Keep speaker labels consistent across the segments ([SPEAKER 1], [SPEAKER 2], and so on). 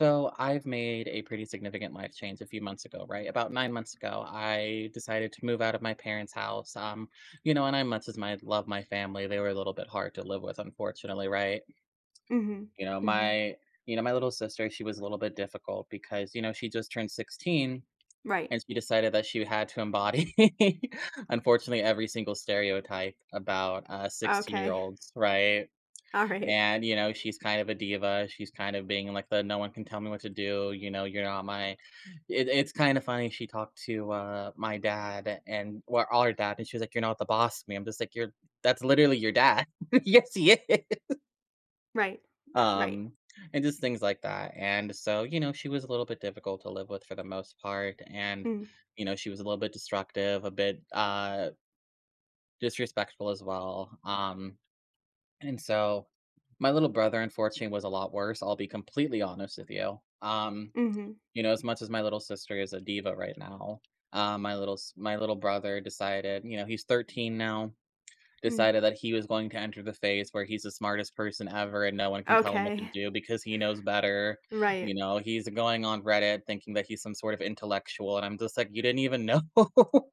[SPEAKER 1] So I've made a pretty significant life change a few months ago, right? About 9 months ago, I decided to move out of my parents' house. And I much as my love my family, they were a little bit hard to live with, unfortunately, right?
[SPEAKER 2] Mhm.
[SPEAKER 1] You know,
[SPEAKER 2] Mhm.
[SPEAKER 1] my you know, my little sister, she was a little bit difficult because, you know, she just turned 16
[SPEAKER 2] Right.
[SPEAKER 1] and she decided that she had to embody unfortunately every single stereotype about 16 year
[SPEAKER 2] Okay.
[SPEAKER 1] olds, right?
[SPEAKER 2] Alright.
[SPEAKER 1] And, you know, she's kind of a diva. She's kind of being like the no one can tell me what to do. You know, you're not my it's kind of funny. She talked to my dad and well, our dad, and she was like, "You're not the boss to me." I'm just like, "You're that's literally your dad." Yes, he is.
[SPEAKER 2] Right. Right. Right.
[SPEAKER 1] Um, and just things like that. And so, you know, she was a little bit difficult to live with for the most part, and
[SPEAKER 2] Mm.
[SPEAKER 1] you know, she was a little bit destructive, a bit disrespectful as well. And so my little brother, unfortunately, was a lot worse. I'll be completely honest with you.
[SPEAKER 2] Mhm.
[SPEAKER 1] You know, as much as my little sister is a diva right now, my little brother decided, you know, he's 13 now,
[SPEAKER 2] Mm.
[SPEAKER 1] decided that he was going to enter the phase where he's the smartest person ever and no one can tell him what to
[SPEAKER 2] Okay.
[SPEAKER 1] do because he knows better. You
[SPEAKER 2] Right.
[SPEAKER 1] know, he's going on Reddit thinking that he's some sort of intellectual, and I'm just like, you didn't even know.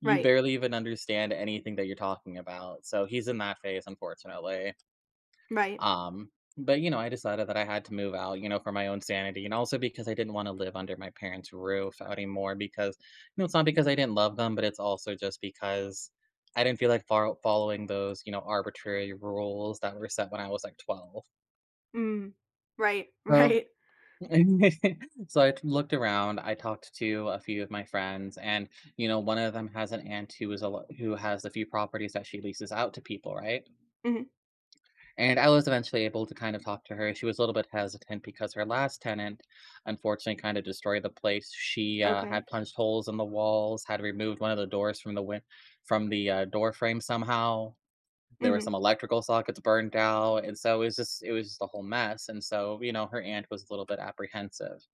[SPEAKER 1] You
[SPEAKER 2] Right.
[SPEAKER 1] barely even understand anything that you're talking about. So he's in that phase, unfortunately.
[SPEAKER 2] Right.
[SPEAKER 1] Um, but you know, I decided that I had to move out, you know, for my own sanity and also because I didn't want to live under my parents' roof anymore because you know, it's not because I didn't love them, but it's also just because I didn't feel like following those, you know, arbitrary rules that were set when I was like 12.
[SPEAKER 2] Mm. Right.
[SPEAKER 1] So
[SPEAKER 2] Right.
[SPEAKER 1] so I t- looked around, I talked to a few of my friends and you know, one of them has an aunt who is a who has a few properties that she leases out to people, right?
[SPEAKER 2] Mhm.
[SPEAKER 1] And I was eventually able to kind of talk to her. She was a little bit hesitant because her last tenant, unfortunately, kind of destroyed the place. She
[SPEAKER 2] Okay.
[SPEAKER 1] had punched holes in the walls, had removed one of the doors from the from the door frame somehow. There were
[SPEAKER 2] Mhm.
[SPEAKER 1] some electrical sockets burned out, and so it was just a whole mess. And so you know, her aunt was a little bit apprehensive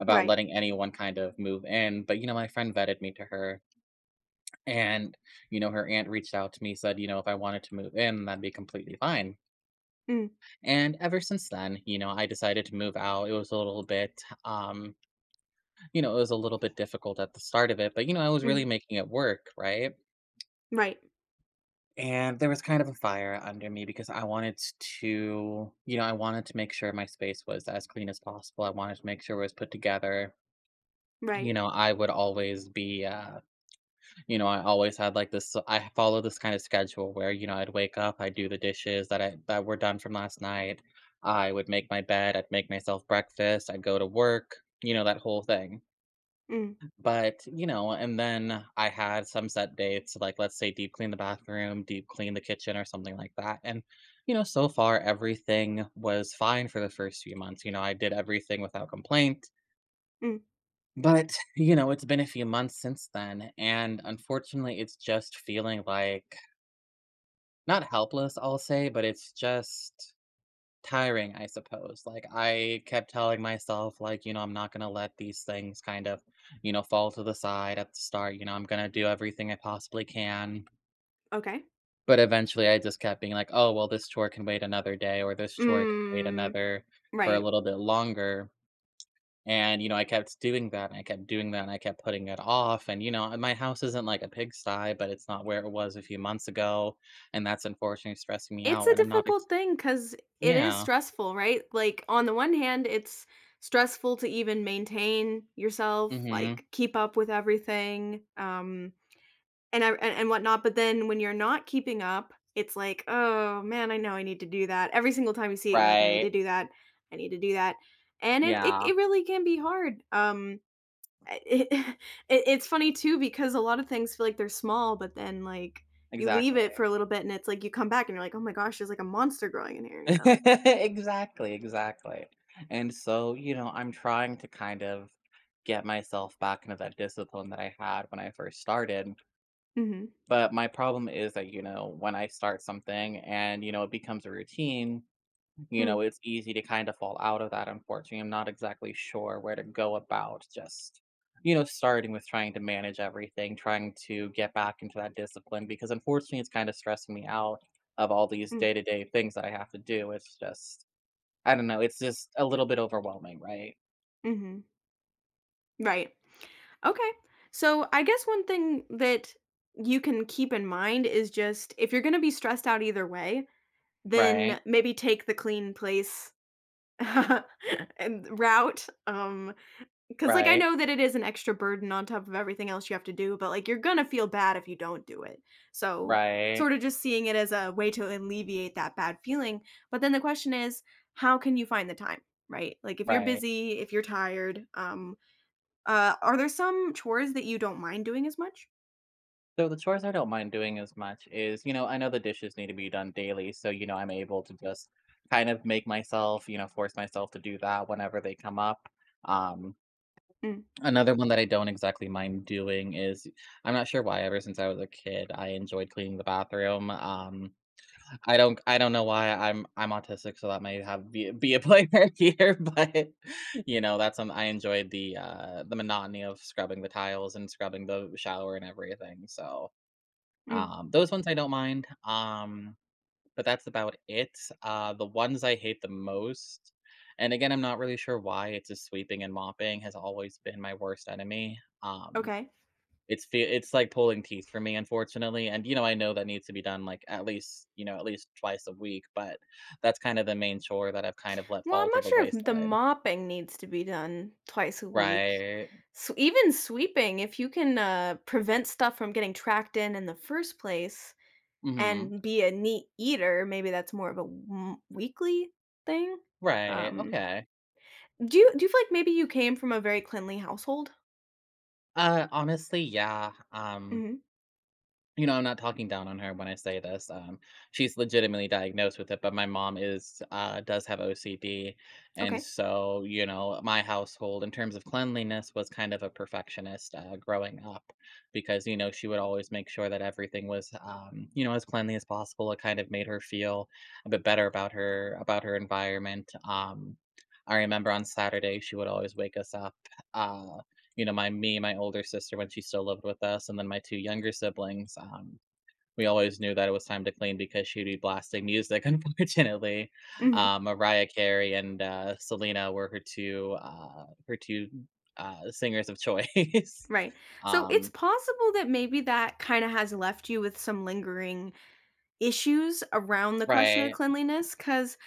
[SPEAKER 1] about
[SPEAKER 2] Right.
[SPEAKER 1] letting anyone kind of move in. But you know, my friend vetted me to her, and you know, her aunt reached out to me, said, you know, if I wanted to move in, that'd be completely fine
[SPEAKER 2] Mm.
[SPEAKER 1] and ever since then, you know, I decided to move out. It was a little bit, you know, it was a little bit difficult at the start of it, but you know, I was really
[SPEAKER 2] Mhm.
[SPEAKER 1] making it work, right?
[SPEAKER 2] Right.
[SPEAKER 1] And there was kind of a fire under me because I wanted to, you know, I wanted to make sure my space was as clean as possible. I wanted to make sure it was put together. You
[SPEAKER 2] Right.
[SPEAKER 1] know, I would always be I always had like this I follow this kind of schedule where, you know, I'd wake up, I'd do the dishes that were done from last night. I would make my bed, I'd make myself breakfast, I'd go to work, you know, that whole thing.
[SPEAKER 2] Mm.
[SPEAKER 1] But, you know, and then I had some set dates, like let's say deep clean the bathroom, deep clean the kitchen or something like that. And, you know, so far everything was fine for the first few months. You know, I did everything without complaint
[SPEAKER 2] Mm.
[SPEAKER 1] but, you know, it's been a few months since then, and unfortunately, it's just feeling like not helpless, I'll say, but it's just tiring, I suppose. Like, I kept telling myself, like, you know, I'm not going to let these things kind of, you know, fall to the side at the start. You know, I'm going to do everything I possibly can.
[SPEAKER 2] Okay.
[SPEAKER 1] But eventually, I just kept being like, oh, well, this chore can wait another day, or this chore can wait
[SPEAKER 2] Mm.
[SPEAKER 1] another for a
[SPEAKER 2] Right.
[SPEAKER 1] little bit longer. And, you know, I kept doing that, and I kept doing that, and I kept putting it off, and, you know, and my house isn't like a pigsty, but it's not where it was a few months ago, and that's unfortunately stressing me
[SPEAKER 2] It's
[SPEAKER 1] out,
[SPEAKER 2] a
[SPEAKER 1] and I'm not ex.
[SPEAKER 2] difficult thing because it is
[SPEAKER 1] Yeah.
[SPEAKER 2] stressful, right? Like, on the one hand, it's stressful to even maintain yourself,
[SPEAKER 1] Mhm.
[SPEAKER 2] like, keep up with everything, And I and whatnot. But then when you're not keeping up, it's like, "Oh, man, I know I need to do that." Every single time you see it, you're like, "I need to
[SPEAKER 1] Right.
[SPEAKER 2] do that. I need to do that." And it it
[SPEAKER 1] Yeah.
[SPEAKER 2] it really can be hard. I it it's funny too because a lot of things feel like they're small, but then, like, you leave
[SPEAKER 1] Exactly.
[SPEAKER 2] it for a little bit and it's like you come back and you're like, "Oh my gosh, there's like a monster growing in here," you know?
[SPEAKER 1] Exactly, exactly. And so, you know, I'm trying to kind of get myself back into that discipline that I had when I first started,
[SPEAKER 2] Mhm.
[SPEAKER 1] but my problem is that, you know, when I start something and, you know, it becomes a routine. You
[SPEAKER 2] Mm,
[SPEAKER 1] know, it's easy to kind of fall out of that, unfortunately. I'm not exactly sure where to go about just, you know, starting with trying to manage everything, trying to get back into that discipline because unfortunately it's kind of stressing me out of all these
[SPEAKER 2] mm,
[SPEAKER 1] day to day things that I have to do. It's just, I don't know, it's just a little bit overwhelming, right?
[SPEAKER 2] mhm. Right. Okay. So I guess one thing that you can keep in mind is just if you're going to be stressed out either way,
[SPEAKER 1] Right,
[SPEAKER 2] then maybe take the clean place and route cuz like I
[SPEAKER 1] right,
[SPEAKER 2] know that it is an extra burden on top of everything else you have to do, but like you're going to feel bad if you don't do it. So
[SPEAKER 1] right,
[SPEAKER 2] sort of just seeing it as a way to alleviate that bad feeling, but then the question is how can you find the time, right? Like if you're
[SPEAKER 1] right.
[SPEAKER 2] busy, if you're tired, are there some chores that you don't mind doing as much?
[SPEAKER 1] So the chores I don't mind doing as much is, you know, I know the dishes need to be done daily, so, you know, I'm able to just kind of make myself, you know, force myself to do that whenever they come up. Um,
[SPEAKER 2] Mm,
[SPEAKER 1] Another one that I don't exactly mind doing is I'm not sure why ever since I was a kid, I enjoyed cleaning the bathroom. I don't know why I'm autistic, so that may have be a player here, but you know, that's I enjoyed the monotony of scrubbing the tiles and scrubbing the shower and everything. So
[SPEAKER 2] mm,
[SPEAKER 1] those ones I don't mind, but that's about it. The ones I hate the most and again, I'm not really sure why, it's just sweeping and mopping has always been my worst enemy.
[SPEAKER 2] okay.
[SPEAKER 1] It's like pulling teeth for me, unfortunately, and, you know, I know that needs to be done, like, at least you know, at least twice a week, but that's kind of the main chore that I've kind of let
[SPEAKER 2] Well,
[SPEAKER 1] fall
[SPEAKER 2] I'm
[SPEAKER 1] to
[SPEAKER 2] not
[SPEAKER 1] the
[SPEAKER 2] sure if the
[SPEAKER 1] wayside.
[SPEAKER 2] mopping needs to be done twice a week.
[SPEAKER 1] Right.
[SPEAKER 2] So even sweeping, if you can prevent stuff from getting tracked in the first place
[SPEAKER 1] Mhm.
[SPEAKER 2] and be a neat eater, maybe that's more of a weekly thing.
[SPEAKER 1] Right,
[SPEAKER 2] Um,
[SPEAKER 1] okay.
[SPEAKER 2] do you feel like maybe you came from a very cleanly household?
[SPEAKER 1] Honestly, yeah,
[SPEAKER 2] Hmm.
[SPEAKER 1] you know, I'm not talking down on her when I say this, she's legitimately diagnosed with it, but my mom is, does have OCD, and
[SPEAKER 2] Okay.
[SPEAKER 1] so, you know, my household, in terms of cleanliness, was kind of a perfectionist, growing up because, you know, she would always make sure that everything was, you know, as cleanly as possible. It kind of made her feel a bit better about her environment, I remember on Saturday, she would always wake us up, uh you know, my me, my older sister when she still lived with us, and then my two younger siblings. We always knew that it was time to clean because she'd be blasting music. Unfortunately,
[SPEAKER 2] Hmm.
[SPEAKER 1] Mariah Carey and Selena were her two singers of choice.
[SPEAKER 2] Right. So it's
[SPEAKER 1] Um,
[SPEAKER 2] possible that maybe that kind of has left you with some lingering issues around the question of
[SPEAKER 1] right,
[SPEAKER 2] cleanliness? 'Cause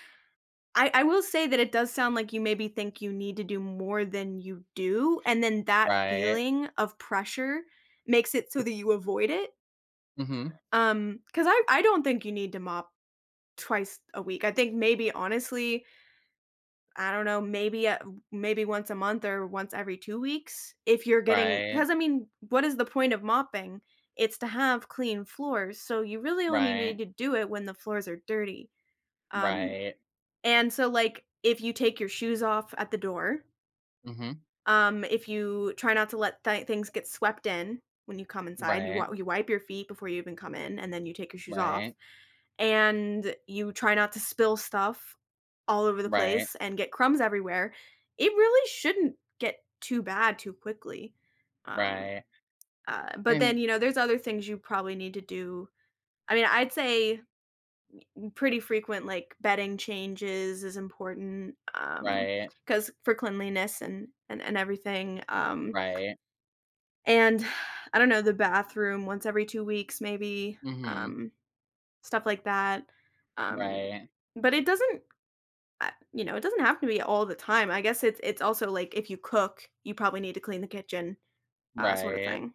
[SPEAKER 2] I will say that it does sound like you maybe think you need to do more than you do, and then that
[SPEAKER 1] right.
[SPEAKER 2] feeling of pressure makes it so that you avoid it.
[SPEAKER 1] Hmm.
[SPEAKER 2] Because I don't think you need to mop twice a week. I think maybe honestly, I don't know, maybe, maybe once a month or once every 2 weeks if you're getting.
[SPEAKER 1] Right,
[SPEAKER 2] Because I mean, what is the point of mopping? It's to have clean floors, so you really only need
[SPEAKER 1] right,
[SPEAKER 2] to do it when the floors are dirty. Um
[SPEAKER 1] right.
[SPEAKER 2] And so, like, if you take your shoes off at the door,
[SPEAKER 1] Hmm.
[SPEAKER 2] if you try not to let things get swept in when you come inside,
[SPEAKER 1] Right,
[SPEAKER 2] you wipe your feet before you even come in, and then you take your shoes off,
[SPEAKER 1] right,
[SPEAKER 2] and you try not to spill stuff all over the
[SPEAKER 1] right,
[SPEAKER 2] place and get crumbs everywhere. It really shouldn't get too bad too quickly. Um,
[SPEAKER 1] right,
[SPEAKER 2] but then
[SPEAKER 1] and
[SPEAKER 2] you know, there's other things you probably need to do. I mean, I'd say pretty frequent, like, bedding changes is important,
[SPEAKER 1] right,
[SPEAKER 2] because for cleanliness and and everything,
[SPEAKER 1] right.
[SPEAKER 2] and I don't know, the bathroom once every 2 weeks maybe,
[SPEAKER 1] Hmm.
[SPEAKER 2] um, stuff like that, um,
[SPEAKER 1] Right,
[SPEAKER 2] but it doesn't you know, it doesn't have to be all the time. I guess it's also, like, if you cook, you probably need to clean the kitchen, sort of
[SPEAKER 1] right.
[SPEAKER 2] thing.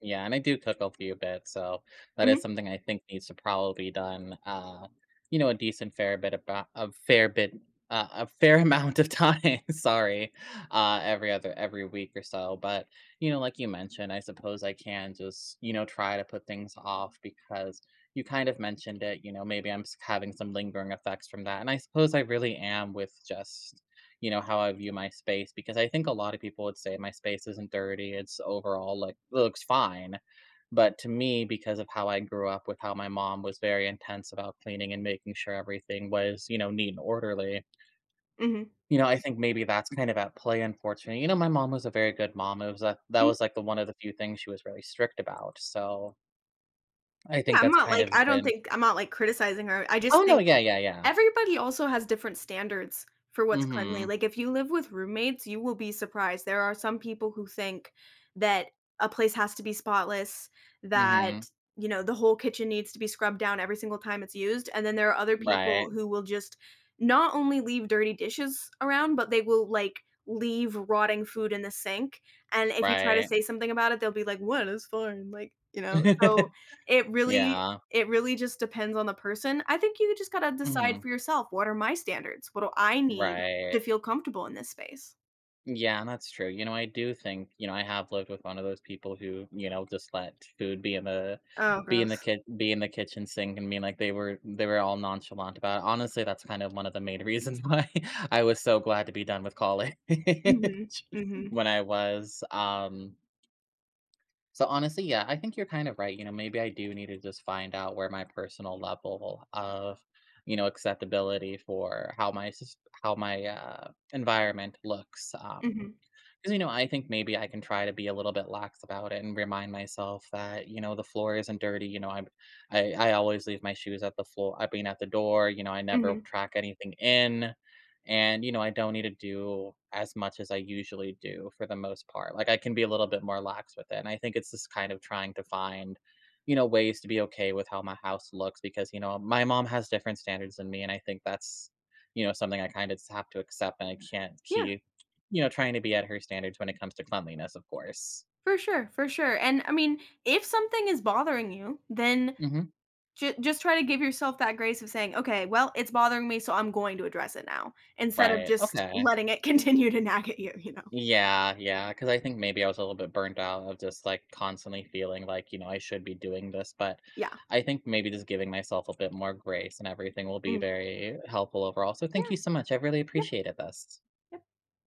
[SPEAKER 1] Yeah, and I do cook a few bits, so that
[SPEAKER 2] Mhm,
[SPEAKER 1] is something I think needs to probably be done, you know, a fair bit a fair amount of time, sorry, uh, every week or so. But, you know, like you mentioned, I suppose I can just, you know, try to put things off because you kind of mentioned it, you know, maybe having some lingering effects from that. And I suppose I really am with just you know, how I view my space because I think a lot of people would say my space isn't dirty. It's overall like it looks fine. But to me, because of how I grew up with how my mom was very intense about cleaning and making sure everything was, you know, neat and orderly,
[SPEAKER 2] mhm,
[SPEAKER 1] you know, I think maybe that's kind of at play, unfortunately. You know, my mom was a very good mom. It was that
[SPEAKER 2] mhm.
[SPEAKER 1] was like the one of the few things she was really strict about. So I
[SPEAKER 2] Yeah,
[SPEAKER 1] think that's kind
[SPEAKER 2] I
[SPEAKER 1] of
[SPEAKER 2] don't
[SPEAKER 1] been.
[SPEAKER 2] think I'm not, like, criticizing her. I
[SPEAKER 1] Oh
[SPEAKER 2] just
[SPEAKER 1] no,
[SPEAKER 2] think
[SPEAKER 1] yeah, yeah, yeah.
[SPEAKER 2] everybody also has different standards for what's cleanly.
[SPEAKER 1] Mm-hmm.
[SPEAKER 2] Like, if you live with roommates, you will be surprised. There are some people who think that a place has to be spotless,
[SPEAKER 1] Mm-hmm.
[SPEAKER 2] that, the whole kitchen needs to be scrubbed down every single time it's used, and then there are other
[SPEAKER 1] Right.
[SPEAKER 2] people who will just not only leave dirty dishes around, but they will, like, leave rotting food in the sink, and if you try to
[SPEAKER 1] Right.
[SPEAKER 2] say something about it, they'll be like, "What? It's fine." Like, you know? So, it really
[SPEAKER 1] Yeah.
[SPEAKER 2] it really just depends on the person. I think you just gotta decide
[SPEAKER 1] Mm-hmm.
[SPEAKER 2] for yourself, "What are my standards? What do I need
[SPEAKER 1] Right.
[SPEAKER 2] to feel comfortable in this space?"
[SPEAKER 1] Yeah, that's true. You know, I do think, you know, I have lived with one of those people who, you know, just let food
[SPEAKER 2] Oh, gross.
[SPEAKER 1] be in the kitchen sink and mean like they were all nonchalant about it. Honestly, that's kind of one of the main reasons why I was so glad to be done with college
[SPEAKER 2] Mhm, mhm,
[SPEAKER 1] when I was. So honestly, yeah, I think you're kind of right. You know, maybe I do need to just find out where my personal level of, you know, acceptability for how my environment looks.
[SPEAKER 2] mhm,
[SPEAKER 1] Because you know, I think maybe I can try to be a little bit lax about it and remind myself that you know the floor isn't dirty. You know, I always leave my shoes at the floor. I mean, at the door. You know, I never
[SPEAKER 2] mhm.
[SPEAKER 1] track anything in. And, you know, I don't need to do as much as I usually do for the most part. Like I can be a little bit more lax with it. And I think it's just kind of trying to find, you know, ways to be okay with how my house looks because, you know, my mom has different standards than me. And I think that's, you know, something I kind of just have to accept. And I can't
[SPEAKER 2] Yeah,
[SPEAKER 1] keep, you know, trying to be at her standards when it comes to cleanliness, of course.
[SPEAKER 2] for sure, and, I mean, if something is bothering you, then
[SPEAKER 1] Hmm.
[SPEAKER 2] ju just try to give yourself that grace of saying, "Okay, well, it's bothering me, so I'm going to address it now," instead of
[SPEAKER 1] Right.
[SPEAKER 2] just
[SPEAKER 1] Okay.
[SPEAKER 2] letting it continue to nag at you, you know?
[SPEAKER 1] Yeah, yeah, because I think maybe I was a little bit burnt out of just, like, constantly feeling like, you know, I should be doing this, but
[SPEAKER 2] Yeah.
[SPEAKER 1] I think maybe just giving myself a bit more grace and everything will be
[SPEAKER 2] Mm.
[SPEAKER 1] very helpful overall. So
[SPEAKER 2] Yeah.
[SPEAKER 1] thank you so much. I really
[SPEAKER 2] Yep,
[SPEAKER 1] appreciated this.
[SPEAKER 2] yep.